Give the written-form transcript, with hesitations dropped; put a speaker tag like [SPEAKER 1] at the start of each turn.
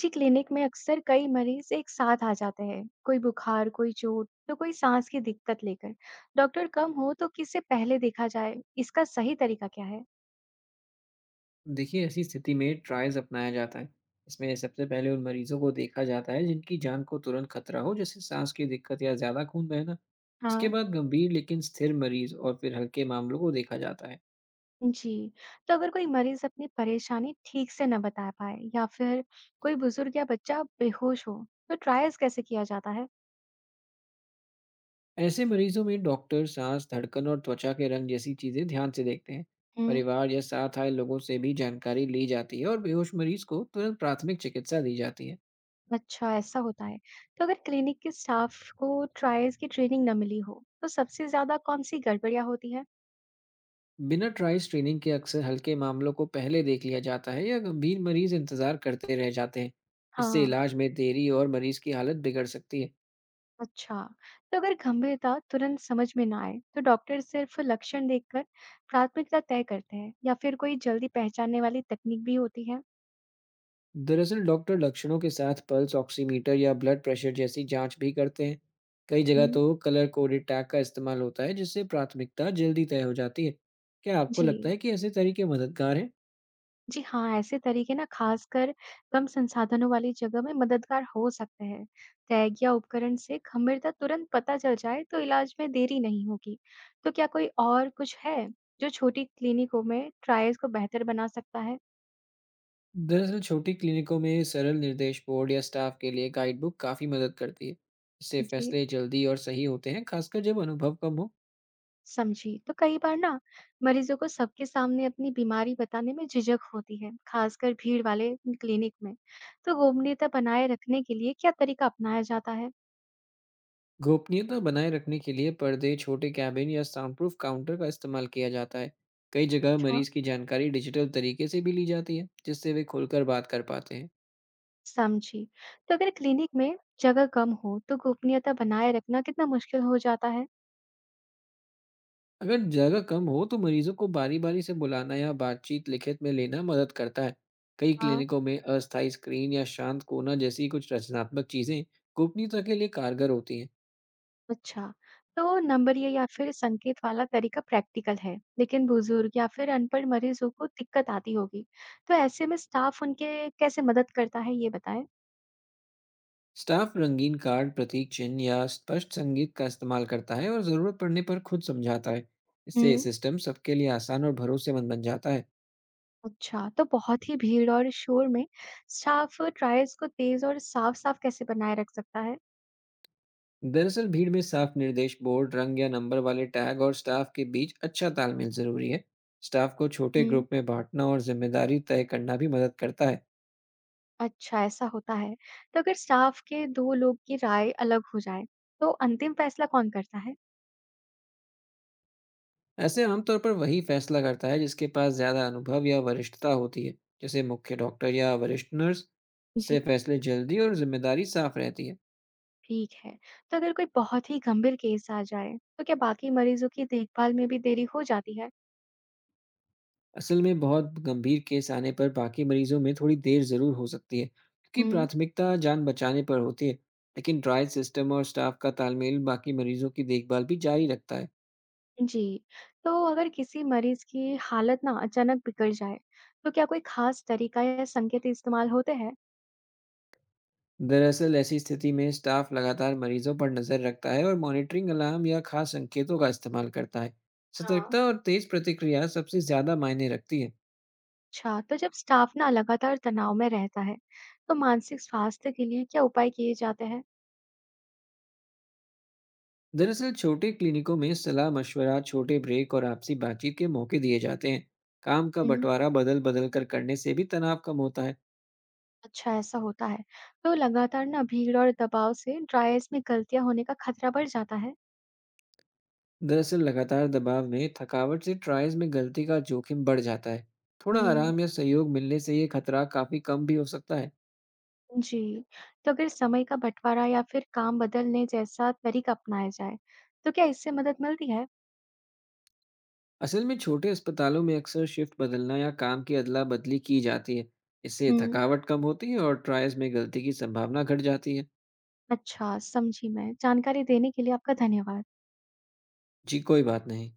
[SPEAKER 1] जी clinic में अक्सर कई मरीज एक साथ आ जाते हैं। कोई बुखार, कोई चोट तो कोई सांस की दिक्कत लेकर। डॉक्टर कम हो तो किसे पहले देखा जाए, इसका सही तरीका क्या है।
[SPEAKER 2] देखिए, ऐसी स्थिति में ट्रायल्स अपनाया जाता है। इसमें सबसे पहले उन मरीजों को देखा जाता है जिनकी जान को तुरंत खतरा हो, जैसे साँस की दिक्कत या ज़्यादा खून बहना। इसके
[SPEAKER 1] हाँ।
[SPEAKER 2] बाद गंभीर लेकिन स्थिर मरीज़ और फिर हल्के मामलों को देखा जाता है।
[SPEAKER 1] जी। तो अगर कोई मरीज अपनी परेशानी ठीक से न बता पाए या फिर कोई बुजुर्ग या बच्चा बेहोश हो, तो ट्रायल्स कैसे किया जाता है।
[SPEAKER 2] ऐसे मरीजों में डॉक्टर साँस, धड़कन और त्वचा के रंग जैसी चीज़ें ध्यान से देखते हैं।
[SPEAKER 1] हम्म।
[SPEAKER 2] परिवार या साथ आए लोगों से भी जानकारी ली जाती है और बेहोश मरीज को तुरंत प्राथमिक चिकित्सा दी जाती है।
[SPEAKER 1] अच्छा, ऐसा होता है। तो अगर क्लिनिक के स्टाफ को ट्रायल्स की ट्रेनिंग न मिली हो तो सबसे ज्यादा कौन सी गड़बड़ियां होती है।
[SPEAKER 2] बिना ट्राई स्क्रीनिंग के अक्सर हल्के मामलों को पहले देख लिया जाता है या गंभीर मरीज इंतजार करते रह जाते हैं। इससे
[SPEAKER 1] हाँ।
[SPEAKER 2] इलाज में देरी और मरीज की हालत बिगड़ सकती है।
[SPEAKER 1] अच्छा, तो अगर गंभीरता तुरंत समझ में ना आए, तो डॉक्टर सिर्फ लक्षण देखकर प्राथमिकता तय करते हैं या फिर कोई जल्दी पहचानने वाली तकनीक भी होती है?
[SPEAKER 2] दरअसल डॉक्टर लक्षणों के साथ पल्स ऑक्सीमीटर या ब्लड प्रेशर जैसी जांच भी करते हैं। कई जगह
[SPEAKER 1] हम्म,
[SPEAKER 2] तो कलर कोडेड टैग का इस्तेमाल होता है जिससे प्राथमिकता जल्दी तय हो जाती है। क्या आपको
[SPEAKER 1] जी,
[SPEAKER 2] लगता है कि ऐसे तरीके मददगार हैं?
[SPEAKER 1] जी हाँ, ऐसे तरीके ना खासकर कम संसाधनों वाली जगह में मददगार हो सकते हैं। टैग या उपकरण से गंभीरता तुरंत पता चल जाए तो इलाज में देरी नहीं होगी। तो क्या कोई और कुछ है जो छोटी क्लिनिकों में ट्रायल्स को बेहतर बना सकता है?
[SPEAKER 2] दरअसल छोटी क्लिनिकों में सरल निर्देश बोर्ड या स्टाफ के लिए गाइड बुक काफी मदद करती है। इससे
[SPEAKER 1] जी,
[SPEAKER 2] फैसले जल्दी और सही होते हैं, खासकर जब अनुभव कम हो।
[SPEAKER 1] समझी। तो कई बार ना मरीजों को सबके सामने अपनी बीमारी बताने में झिझक होती है, खासकर भीड़ वाले क्लिनिक में। तो गोपनीयता बनाए रखने के लिए क्या तरीका अपनाया जाता है?
[SPEAKER 2] गोपनीयता बनाए रखने के लिए पर्दे, छोटे कैबिन या साउंड प्रूफ काउंटर का इस्तेमाल किया जाता है। कई जगह
[SPEAKER 1] अच्छा,
[SPEAKER 2] मरीज की जानकारी डिजिटल तरीके से भी ली जाती है, जिससे वे खुलकर बात कर पाते हैं।
[SPEAKER 1] समझी। तो अगर क्लिनिक में जगह कम हो, तो गोपनीयता बनाए रखना कितना मुश्किल हो जाता है?
[SPEAKER 2] अगर जगह कम हो तो मरीजों को बारी बारी से बुलाना या बातचीत लिखित में लेना मदद करता है। कई
[SPEAKER 1] हाँ।
[SPEAKER 2] क्लिनिकों में अस्थायी स्क्रीन या शांत कोना जैसी कुछ रचनात्मक चीजें गोपनीयता के लिए कारगर होती हैं।
[SPEAKER 1] अच्छा। तो नंबरिया या फिर संकेत वाला तरीका प्रैक्टिकल है, लेकिन बुजुर्ग या फिर अनपढ़ मरीजों को दिक्कत आती होगी। तो ऐसे में स्टाफ उनके कैसे मदद करता है, ये बताएं।
[SPEAKER 2] स्टाफ रंगीन कार्ड, प्रतीक चिन्ह या स्पष्ट संगीत का इस्तेमाल करता है और जरूरत पड़ने पर खुद समझाता है। इससे
[SPEAKER 1] हम्म।
[SPEAKER 2] सिस्टम सबके लिए आसान और भरोसेमंद बन जाता है।
[SPEAKER 1] अच्छा, तो बहुत ही भीड़ और शोर में स्टाफ ट्रायल्स को तेज और साफ-साफ कैसे बनाए रख सकता है?
[SPEAKER 2] दरअसल भीड़ में साफ निर्देश बोर्ड, रंग या नंबर वाले टैग और स्टाफ के बीच अच्छा तालमेल जरूरी है। स्टाफ को छोटे
[SPEAKER 1] हुँ,
[SPEAKER 2] ग्रुप में बांटना और जिम्मेदारी तय करना भी मदद करता है।
[SPEAKER 1] अच्छा ऐसा होता है। तो अगर स्टाफ के 2 लोग की राय अलग हो जाए, तो अंतिम फैसला कौन करता है?
[SPEAKER 2] ऐसे आमतौर पर वही फैसला करता है जिसके पास ज्यादा अनुभव या वरिष्ठता होती है, जैसे मुख्य डॉक्टर या वरिष्ठ नर्स।
[SPEAKER 1] जी,
[SPEAKER 2] इससे फैसले जल्दी और जिम्मेदारी साफ रहती है।
[SPEAKER 1] ठीक है। तो अगर कोई बहुत ही गंभीर केस आ जाए, तो क्या बाकी मरीजों की देखभाल में भी देरी हो जाती है?
[SPEAKER 2] असल में बहुत गंभीर केस आने पर बाकी मरीजों में थोड़ी देर ज़रूर हो सकती है, क्योंकि
[SPEAKER 1] हुँ,
[SPEAKER 2] प्राथमिकता जान बचाने पर होती है। लेकिन ट्रायल सिस्टम और स्टाफ का तालमेल बाकी मरीजों की देखभाल भी जारी रखता है।
[SPEAKER 1] जी। तो अगर किसी मरीज की हालत ना अचानक बिगड़ जाए, तो क्या कोई खास तरीका या संकेत इस्तेमाल होते हैं?
[SPEAKER 2] दरअसल ऐसी स्थिति में स्टाफ लगातार मरीजों पर नज़र रखता है और मॉनिटरिंग अलार्म या खास संकेतों का इस्तेमाल करता है।
[SPEAKER 1] हाँ।
[SPEAKER 2] सतर्कता और तेज प्रतिक्रिया सबसे ज़्यादा मायने रखती है।
[SPEAKER 1] अच्छा, तो जब स्टाफ ना लगातार तनाव में रहता है, तो मानसिक स्वास्थ्य के लिए क्या उपाय किए जाते हैं?
[SPEAKER 2] दरअसल छोटे क्लिनिकों में सलाह मशवरा, छोटे ब्रेक और आपसी बातचीत के मौके दिए जाते हैं। काम का
[SPEAKER 1] हम्म,
[SPEAKER 2] बंटवारा बदल बदल कर करने से भी तनाव कम होता है।
[SPEAKER 1] अच्छा, ऐसा होता है। तो लगातार ना भीड़ और दबाव से ड्रायर्स में गलतियां होने का खतरा बढ़ जाता है।
[SPEAKER 2] दरअसल लगातार दबाव में थकावट से ट्रायल्स में गलती का जोखिम बढ़ जाता है। थोड़ा
[SPEAKER 1] हम्म,
[SPEAKER 2] आराम या सहयोग मिलने से ये खतरा काफी कम भी हो सकता है।
[SPEAKER 1] जी, तो अगर समय का बंटवारा या फिर काम बदलने जैसा तरीका अपनाया जाए, तो क्या इससे मदद मिलती है?
[SPEAKER 2] असल में छोटे अस्पतालों में अक्सर शिफ्ट बदलना या काम की अदला बदली की जाती है। इससे
[SPEAKER 1] हम्म।
[SPEAKER 2] थकावट कम होती है और ट्रायल्स में गलती की संभावना घट जाती है।
[SPEAKER 1] अच्छा, समझी मैं। जानकारी देने के लिए आपका धन्यवाद।
[SPEAKER 2] जी कोई बात नहीं।